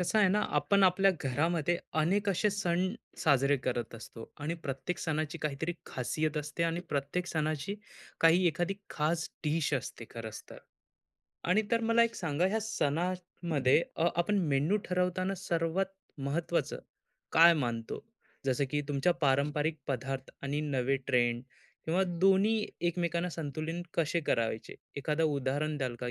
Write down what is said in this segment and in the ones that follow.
कसं आहे ना, आपण आपल्या घरामध्ये अनेक असे सण साजरे करत असतो आणि प्रत्येक सणाची काहीतरी खासियत असते आणि प्रत्येक सणाची काही एखादी खास डिश असते. खरंच तर आणि तर मला एक सांगा, ह्या सणामध्ये आपण मेन्यू ठरवताना सर्वात महत्वाचं काय मानतो? जसं की तुमच्या पारंपरिक पदार्थ आणि नवे ट्रेंड किंवा दोन्ही एकमेकांना संतुलन कसे करायचे? एखादं उदाहरण द्याल का?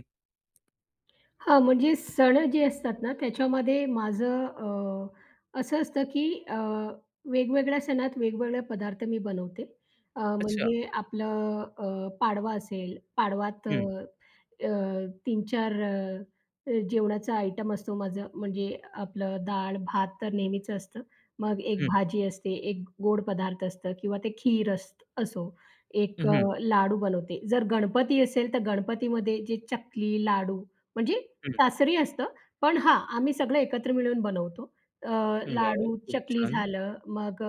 हां, म्हणजे सण जे असतात ना, त्याच्यामध्ये माझं असं असतं की वेगवेगळ्या सणात वेगवेगळे पदार्थ मी बनवते. अच्छा. म्हणजे आपलं पाडवा असेल, पाडवात अ, हम्म. अ, 3-4 जेवणाचा आयटम असतो माझं. म्हणजे आपलं डाळ-भात तर नेहमीचं असतं. मग एक हम्म. भाजी असते, एक गोड पदार्थ असतं किंवा ते खीर असतं असो. एक हम्म. लाडू बनवते. जर गणपती असेल, तर गणपतीमध्ये जे चकली, लाडू म्हणजे हम्म. सासरी असतं, पण हा, आम्ही सगळं एकत्र मिळून बनवतो. अ, वा वा, लाडू, खूप चकली छान. झालं, मग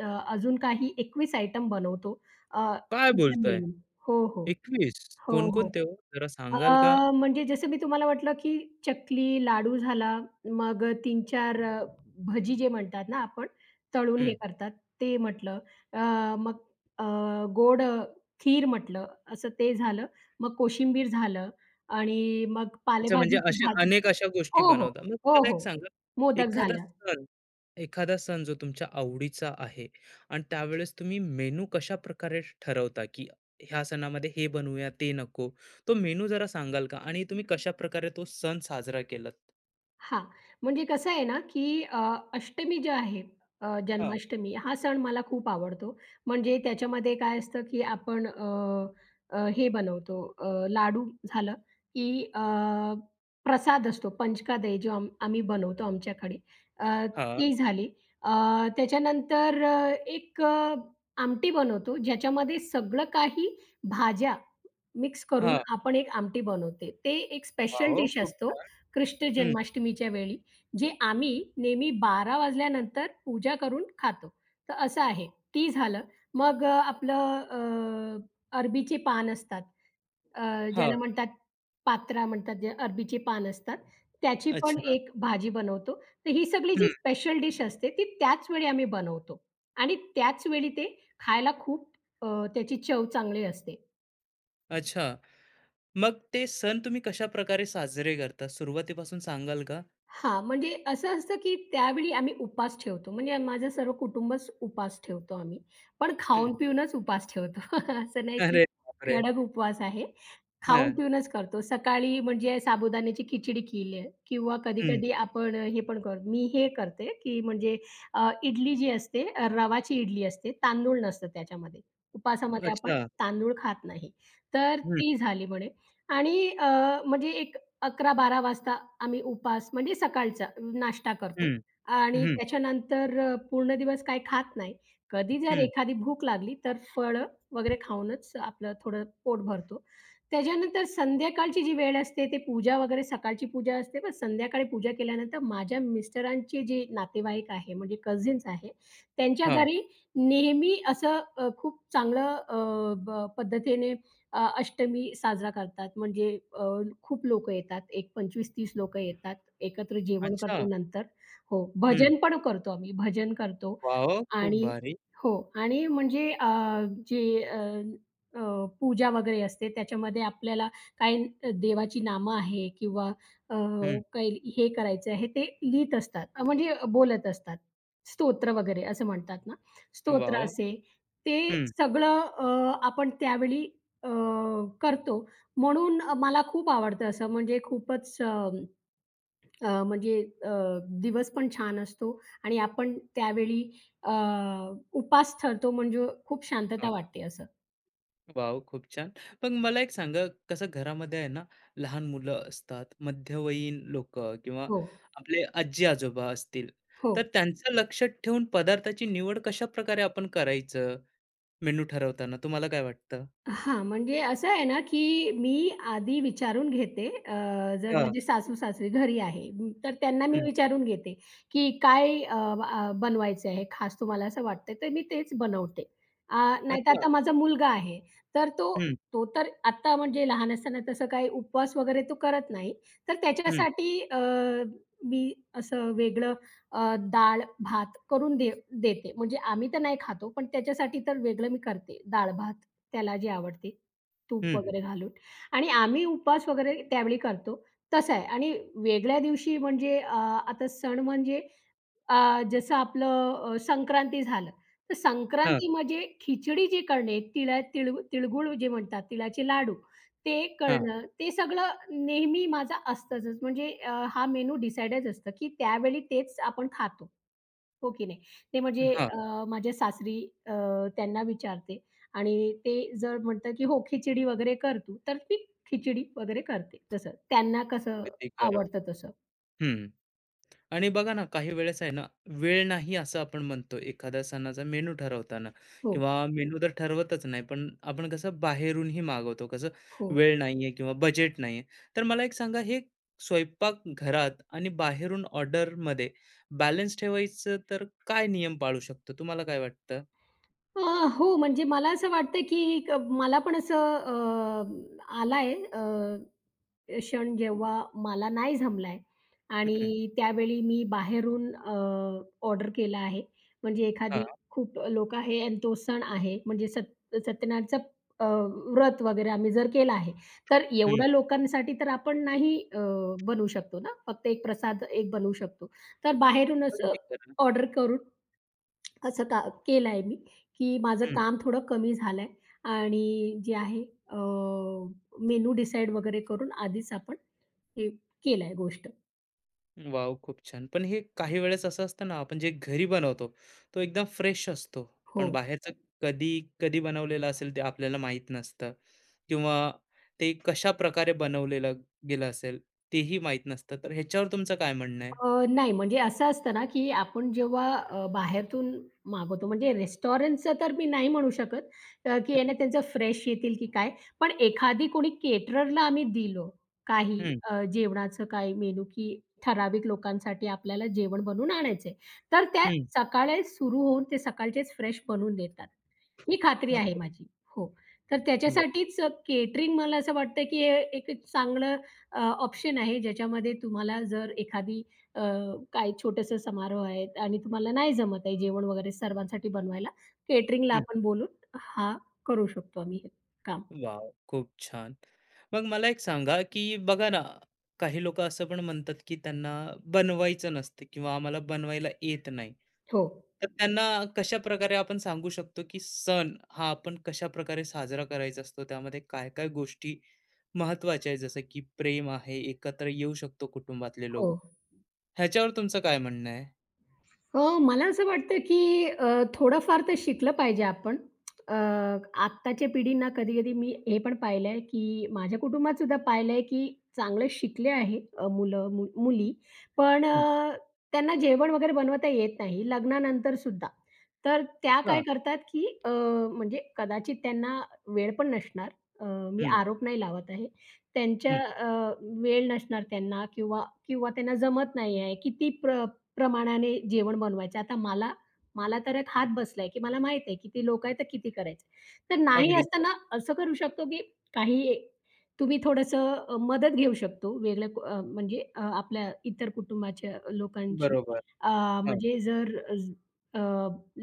अजून काही 21 आयटम बनवतो. अ, काय सगळं बोलताय? मिळून. हो, हो. 21 हो, हो. कोणकोणत्या हो? जरा अ, सांगाल का? म्हणजे जसं मी तुम्हाला म्हटलं, की चकली, लाडू झाला, मग 3 भजी जे म्हणतात ना आपण, तळून हे हं. करतात ते म्हटलं. अ, मग अ, गोड खीर म्हटलं, असं ते झालं. मग कोशिंबीर झालं आणि मग अच्छा, म्हणजे पालेभाजीची अशा भाजी अनेक अशा गोष्टी हो, हो. बनवता. मग हो, मला एक हो. सांगा, मोदक एखादा झालं. सण, एखादा सण जो तुमच्या आवडीचा आहे आणि त्यावेळेस तुम्ही मेनू कशा प्रकारे ठरवता, की ह्या सणामध्ये हे बनवूया, ते नको. तो मेनू जरा सांगाल का? आणि तुम्ही कशाप्रकारे तो सण साजरा केलात? हां, म्हणजे कसं आहे ना, की अष्टमी जे आहे हां. जन्माष्टमी हा सण मला खूप आवडतो. म्हणजे त्याच्यामध्ये काय असतं, की आपण अ, अ, हे बनवतो लाडू झालं, की प्रसाद असतो पंचकादय जो आम्ही बनवतो आमच्याकडे. हां, ती झाली. अ, त्याच्यानंतर एक आमटी बनवतो ज्याच्यामध्ये सगळं काही भाज्या मिक्स करून हां. आपण एक आमटी बनवते. ते एक वाह! स्पेशल हो, डिश खूप असतो छान. कृष्ण हं. जन्माष्टमीच्या वेळी, जे आम्ही नेहमी 12 वाजल्यानंतर पूजा करून खातो. तर असं आहे. ती झालं. मग आपलं अरबीचे पान असतात. अ, ज्याला हां. म्हणतात पात्रा म्हणतात, जे अरबीचे पान असतात. त्याची पण अच्छा. एक भाजी बनवतो. तर ही सगळी हं. जी स्पेशल डिश असते, ती त्याच वेळी आम्ही बनवतो आणि त्याच वेळी ते खायला खूप अ, त्याची चव चांगली असते. अच्छा. मग ते सण तुम्ही कशा प्रकारे साजरे करता? सुरुवातीपासून सांगाल का? हां, म्हणजे असं असतं, की त्यावेळी आम्ही उपास ठेवतो. म्हणजे माझं सर्व कुटुंबच उपास ठेवतो आम्ही. पण हं. खाऊन-पिऊनच उपास ठेवतो. असं नाही, की अरे बापरे! कडक उपवास आहे. हां. खाऊन-पिऊनच करतो. सकाळी म्हणजे साबुदाण्याची खिचडी केली किंवा हं. कधी-कधी आपण हे पण मी हे करते, की म्हणजे इडली जी असते, रवाची इडली असते, तांदूळ नसतं त्याच्यामध्ये. उपासामध्ये आपण अच्छा. तांदूळ खात नाही. तर हं, ती झाली म्हणे आणि म्हणजे एक 11-12 वाजता आम्ही उपास म्हणजे सकाळचा नाश्ता करतो हं, आणि हं, त्याच्यानंतर पूर्ण दिवस काही खात नाही. कधी जर हं. एखादी भूक लागली तर फळं वगैरे खाऊनच आपलं थोडं पोट भरतो. त्याच्यानंतर संध्याकाळची जी वेळ असते ते पूजा वगैरे सकाळची पूजा असते, पण संध्याकाळी पूजा केल्यानंतर माझ्या मिस्टरांचे जे नातेवाईक आहे म्हणजे कझिन्स आहे, त्यांच्या हां. घरी नेहमी असं खूप चांगलं अ, ब पद्धतीने अष्टमी साजरा करतात. म्हणजे अ, खूप लोकं येतात. एक 25-30 लोकं येतात. एकत्र जेवण अच्छा. करतो नंतर. हो, हं. भजन पण करतो आम्ही. भजन करतो वॉव! खूप आणि भारी. हो आणि म्हणजे अ, जे अ, अ, पूजा वगैरे असते त्याच्यामध्ये आपल्याला काही देवाची नामं आहे किंवा अ, हं. काही हे करायचं आहे ते लिहीत असतात. म्हणजे बोलत असतात. स्तोत्र वगैरे असं म्हणतात ना, स्तोत्र वॉव! असे ते हं. सगळं आपण त्यावेळी अ, करतो. म्हणून मला खूप आवडतं असं म्हणजे खूपच अ, अ, म्हणजे अ, दिवस पण छान असतो आणि आपण त्यावेळी अ, उपास ठरतो म्हणजे खूप हां. शांतता वाटते असं. वॉव! खूप छान. मग मला एक सांगा, कसं घरामध्ये आहे ना, लहान मुलं असतात, मध्यवयीन लोकं किंवा हो, आपले आजी-आजोबा असतील, हो. तर त्यांचं लक्ष ठेवून पदार्थाची निवड कशाप्रकारे आपण करायचं मेनू ठरवताना? तुम्हाला काय वाटतं? हां, म्हणजे असं आहे ना, की मी आधी विचारून घेते. जर माझे सासू-सासरे घरी आहे, तर त्यांना मी हं. विचारून घेते, की काय अ, अ, बनवायचं आहे खास तुम्हाला असं वाटतंय, तर मी तेच बनवते. अ, नाहीतर अच्छा. आता माझा मुलगा आहे, तर तो हं, तो तर आत्ता म्हणजे लहान असताना तसं काही उपवास वगैरे तो करत नाही. तर हं, त्याच्यासाठी मी असं वेगळं डाळ-भात करून देते. म्हणजे आम्ही तर नाही खातो, पण त्याच्यासाठी तर वेगळं मी करते डाळ-भात. त्याला जी आवडते, तूप हं. वगैरे घालून आणि आम्ही उपवास वगैरे त्यावेळी करतो, तसं आहे आणि वेगळ्या दिवशी म्हणजे आता सण म्हणजे जसं आपलं संक्रांती झालं, तर हां, संक्रांती म्हणजे खिचडी जी करणे, तिळा तिळ तिळगुळ जे म्हणतात, तिळाचे लाडू ते हां, करणं, ते सगळं नेहमी माझं असतंच. म्हणजे हा मेनू डिसाईडच असतं, की त्यावेळी तेच आपण खातो. हो की नाही. ते म्हणजे हां. माझ्या सासरी अ, त्यांना विचारते आणि ते जर म्हणतात, की "हो, खिचडी वगैरे कर तू." तर मी खिचडी वगैरे करते तसं. त्यांना कसं अगदी खरं. आवडतं तसं. हं. आणि बघा ना, काही वेळेस आहे ना, वेळ नाही असं आपण म्हणतो एखाद्या सणाचा मेनू ठरवताना हो, किंवा मेनू तर ठरवतच नाही, पण आपण कसं बाहेरूनही मागवतो. कसं हो. वेळ नाहीये किंवा बजेट नाहीये. तर मला एक सांगा, हे स्वयंपाक घरात आणि बाहेरून ऑर्डरमध्ये बॅलन्स ठेवायचं तर काय नियम पाळू शकतो? तुम्हाला काय वाटतं? अ, हो, म्हणजे मला असं वाटतं, की मला पण असं आलाय क्षण जेव्हा मला नाही जमलाय हं. आणि त्यावेळी मी बाहेरून ऑर्डर केला आहे. म्हणजे हां. एखादी खूप लोक आहे आणि तो सण आहे म्हणजे सत्यनारायणचं अ, व्रत वगैरे आम्ही जर केलं आहे, तर हं. एवढ्या लोकांसाठी तर आपण नाही बनवू शकतो ना, फक्त एक प्रसाद एक बनवू शकतो. तर बाहेरून असं अगदी खरं. ऑर्डर करून असं का केलं आहे मी, की माझं काम थोडं कमी झालंय आणि जे आहे मेनू डिसाईड वगैरे करून आधीच आपण हे केलाय गोष्ट. वॉव! खूप छान. पण हे काही वेळेस असं असतं ना, आपण जे घरी बनवतो, तो एकदम फ्रेश असतो. हो. पण बाहेरचं कधी, कधी बनवलेलं असेल ते आपल्याला माहीत नसतं किंवा ते कशाप्रकारे बनवलेलं गेलं असेल, तेही माहीत नसतं. तर ह्याच्यावर तुमचं काय म्हणणं आहे? नाही म्हणजे असं असतं ना, की आपण जेव्हा बाहेरून मागवतो म्हणजे रेस्टॉरंटचं तर मी नाही म्हणू शकत, की याने त्यांचं फ्रेश येतील की काय. पण एखादी कोणी केटररला आम्ही दिलं हं, काही हं, जेवणाचं काही मेनू, की ठराविक लोकांसाठी आपल्याला जेवण बनवून आणायचंय. तर त्या हं. सकाळी सुरू होऊन ते सकाळचेच फ्रेश बनवून देतात. ही खात्री आहे नक्कीच. माझी. हो. तर त्याच्यासाठीच केटरिंग मला असं वाटतं, की हे एक चांगलं ऑप्शन आहे ज्याच्यामध्ये तुम्हाला जर एखादी अ, काही छोटेसे समारोह आहेत आणि तुम्हाला नाही जमत आहे जेवण वगैरे सर्वांसाठी बनवायला, केटरिंगला आपण बोलून हा करू शकतो आम्ही हे काम. वॉव! खूप छान. मग मला एक सांगा, की बघा ना, काही लोकं असं पण म्हणतात, की त्यांना बनवायचं नसतं किंवा आम्हाला बनवायला येत नाही. हो, तर त्यांना कशाप्रकारे आपण सांगू शकतो, की सण हा आपण कशाप्रकारे साजरा करायचा असतो? त्यामध्ये काय-काय गोष्टी महत्त्वाच्या आहेत? जसं की प्रेम आहे, एकत्र येऊ शकतो कुटुंबातले हो. लोक. ह्याच्यावर तुमचं काय म्हणणं आहे? मला असं वाटतं की थोडंफार तर शिकलं पाहिजे आपण. अ, आत्ताच्या पिढींना कधी-कधी मी हे पण पाहिलंय की माझ्या कुटुंबात सुद्धा पाहिलंय की चांगलं शिकले आहे मुलं, मुली, पण हं. त्यांना जेवण वगैरे बनवता येत नाही लग्नानंतर सुद्धा. तर त्या काय अच्छा. करतात की म्हणजे कदाचित त्यांना वेळ पण नसणार. अ, मी हं, आरोप नाही लावत आहे. त्यांच्या हं. वेळ नसणार त्यांना किंवा किंवा त्यांना जमत नाही आहे. किती प्रमाणाने जेवण बनवायचं. आता मला मला तर एक हात बसलाय, की मला माहीत आहे किती लोक आहेत तर किती करायचं. तर नाही अगदी खरं. असताना असं करू शकतो, की काही तुम्ही थोडंसं मदत घेऊ शकतो वेगळ्या म्हणजे आपल्या इतर कुटुंबाच्या लोकांची. बरोबर. अ, हां, म्हणजे जर अ,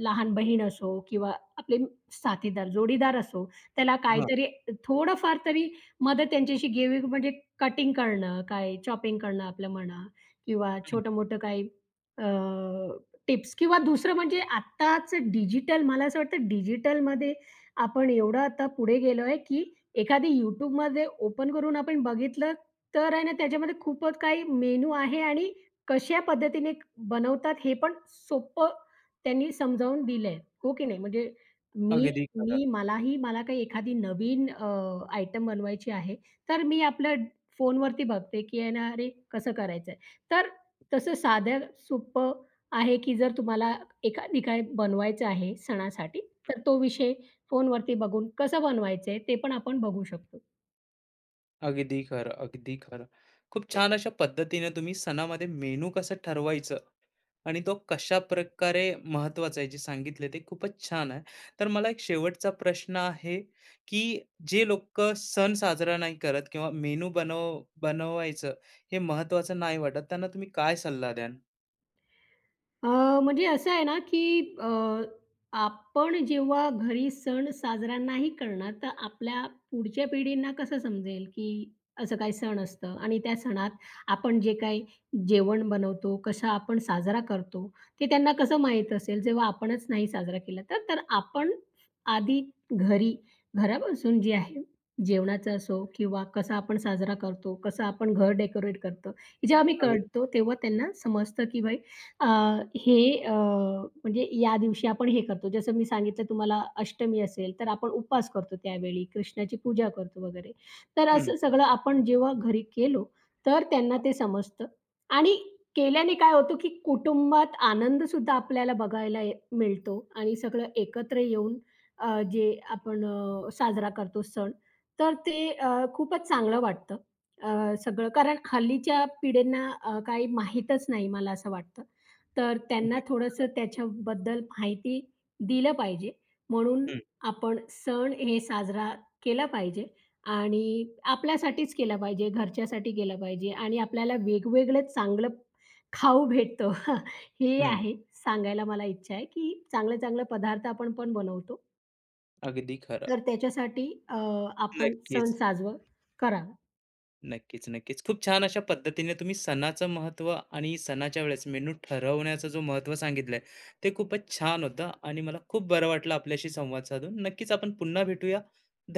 लहान बहीण असो किंवा आपले साथीदार, जोडीदार असो, त्याला हां. काहीतरी थोडंफार तरी मदत त्यांच्याशी घ्यावी म्हणजे कटिंग करणं, काय चॉपिंग करणं आपलं म्हणा किंवा हं. छोटं-मोठं काही अ, टिप्स किंवा दुसरं म्हणजे आत्ताच डिजिटल मला असं वाटतं डिजिटलमध्ये आपण एवढं आता पुढे गेलोय, की एखादी YouTubeमध्ये ओपन करून आपण बघितलं, तर आहे ना त्याच्यामध्ये खूपच काही मेनू आहे आणि कशा पद्धतीने बनवतात हे पण सोपं त्यांनी समजावून दिलंय. हो की नाही? म्हणजे मी अगदी खरं. मी मलाही मला काही एखादी नवीन आयटम बनवायची आहे, तर मी आपलं फोनवरती बघते, की आहे ना, अरे कसं करायचंय? तर तसं साध्या सोपं आहे, की जर तुम्हाला एखादी काय बनवायचं आहे सणासाठी, तर तो विषय फोनवरती बघून कसं बनवायचंय ते पण आपण बघू शकतो. अगदी खरं, अगदी खरं. खूप छान अशा पद्धतीने तुम्ही सणामध्ये मेनू कसं ठरवायचं आणि तो कशाप्रकारे महत्वाचा आहे जे सांगितले ते खूपच छान आहे. तर मला एक शेवटचा प्रश्न आहे, की जे लोकं सण साजरा नाही करत किंवा मेनू बनवायचं हे महत्त्वाचं नाही वाटत, त्यांना तुम्ही काय सल्ला द्याल? म्हणजे असं आहे ना, की आपण जेव्हा घरी सण साजरा नाही करणार, तर आपल्या पुढच्या पिढींना कसं समजेल, की असं काही सण असतं आणि त्या सणात आपण जे काही जेवण बनवतो, कसा आपण साजरा करतो, ते त्यांना कसं माहीत असेल, जेव्हा आपणच नाही साजरा केला तर? तर आपण आधी घरी, घरापासून जे आहे, जेवणाचं असो किंवा कसा आपण साजरा करतो, कसं आपण घर डेकोरेट करतो, हे जेव्हा आम्ही अगदी. करतो, तेव्हा त्यांना समजतं, की भाई अ, हे अ, म्हणजे या दिवशी आपण हे करतो. जसं मी सांगितलं तुम्हाला अष्टमी असेल, तर आपण उपवास करतो त्यावेळी, कृष्णाची पूजा करतो वगैरे. तर हं, असं सगळं आपण जेव्हा घरी केलो, तर त्यांना ते समजतं आणि केल्याने काय होतं, की कुटुंबात आनंदसुद्धा आपल्याला बघायला मिळतो आणि सगळं एकत्र येऊन अ, जे आपण अ, साजरा करतो सण, तर ते खूपच चांगलं वाटतं. सगळं कारण हल्लीच्या पिढींना काही माहीतच नाही मला असं वाटतं. तर त्यांना हं. थोडंसं त्याच्याबद्दल माहिती दिलं पाहिजे. म्हणून हं, आपण सण हे साजरा केला पाहिजे आणि आपल्यासाठीच केला पाहिजे, घरच्यासाठी केला पाहिजे आणि आपल्याला वेगवेगळं चांगलं खाऊ भेटतो. हे आहे सांगायला मला इच्छा आहे, की चांगले-चांगले पदार्थ आपण पण बनवतो. अगदी खरं. तर त्याच्यासाठी आपण सण नक्कीच. साजवं करावा. नक्कीच, नक्कीच. खूप छान अशा पद्धतीने तुम्ही सणाचं महत्त्व आणि सणाच्या वेळेस मेनू ठरवण्याचं जो महत्त्व सांगितलंय, ते खूपच छान होतं आणि मला खूप बरं वाटलं आपल्याशी संवाद साधून. नक्कीच आपण पुन्हा भेटूया.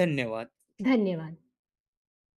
धन्यवाद. धन्यवाद.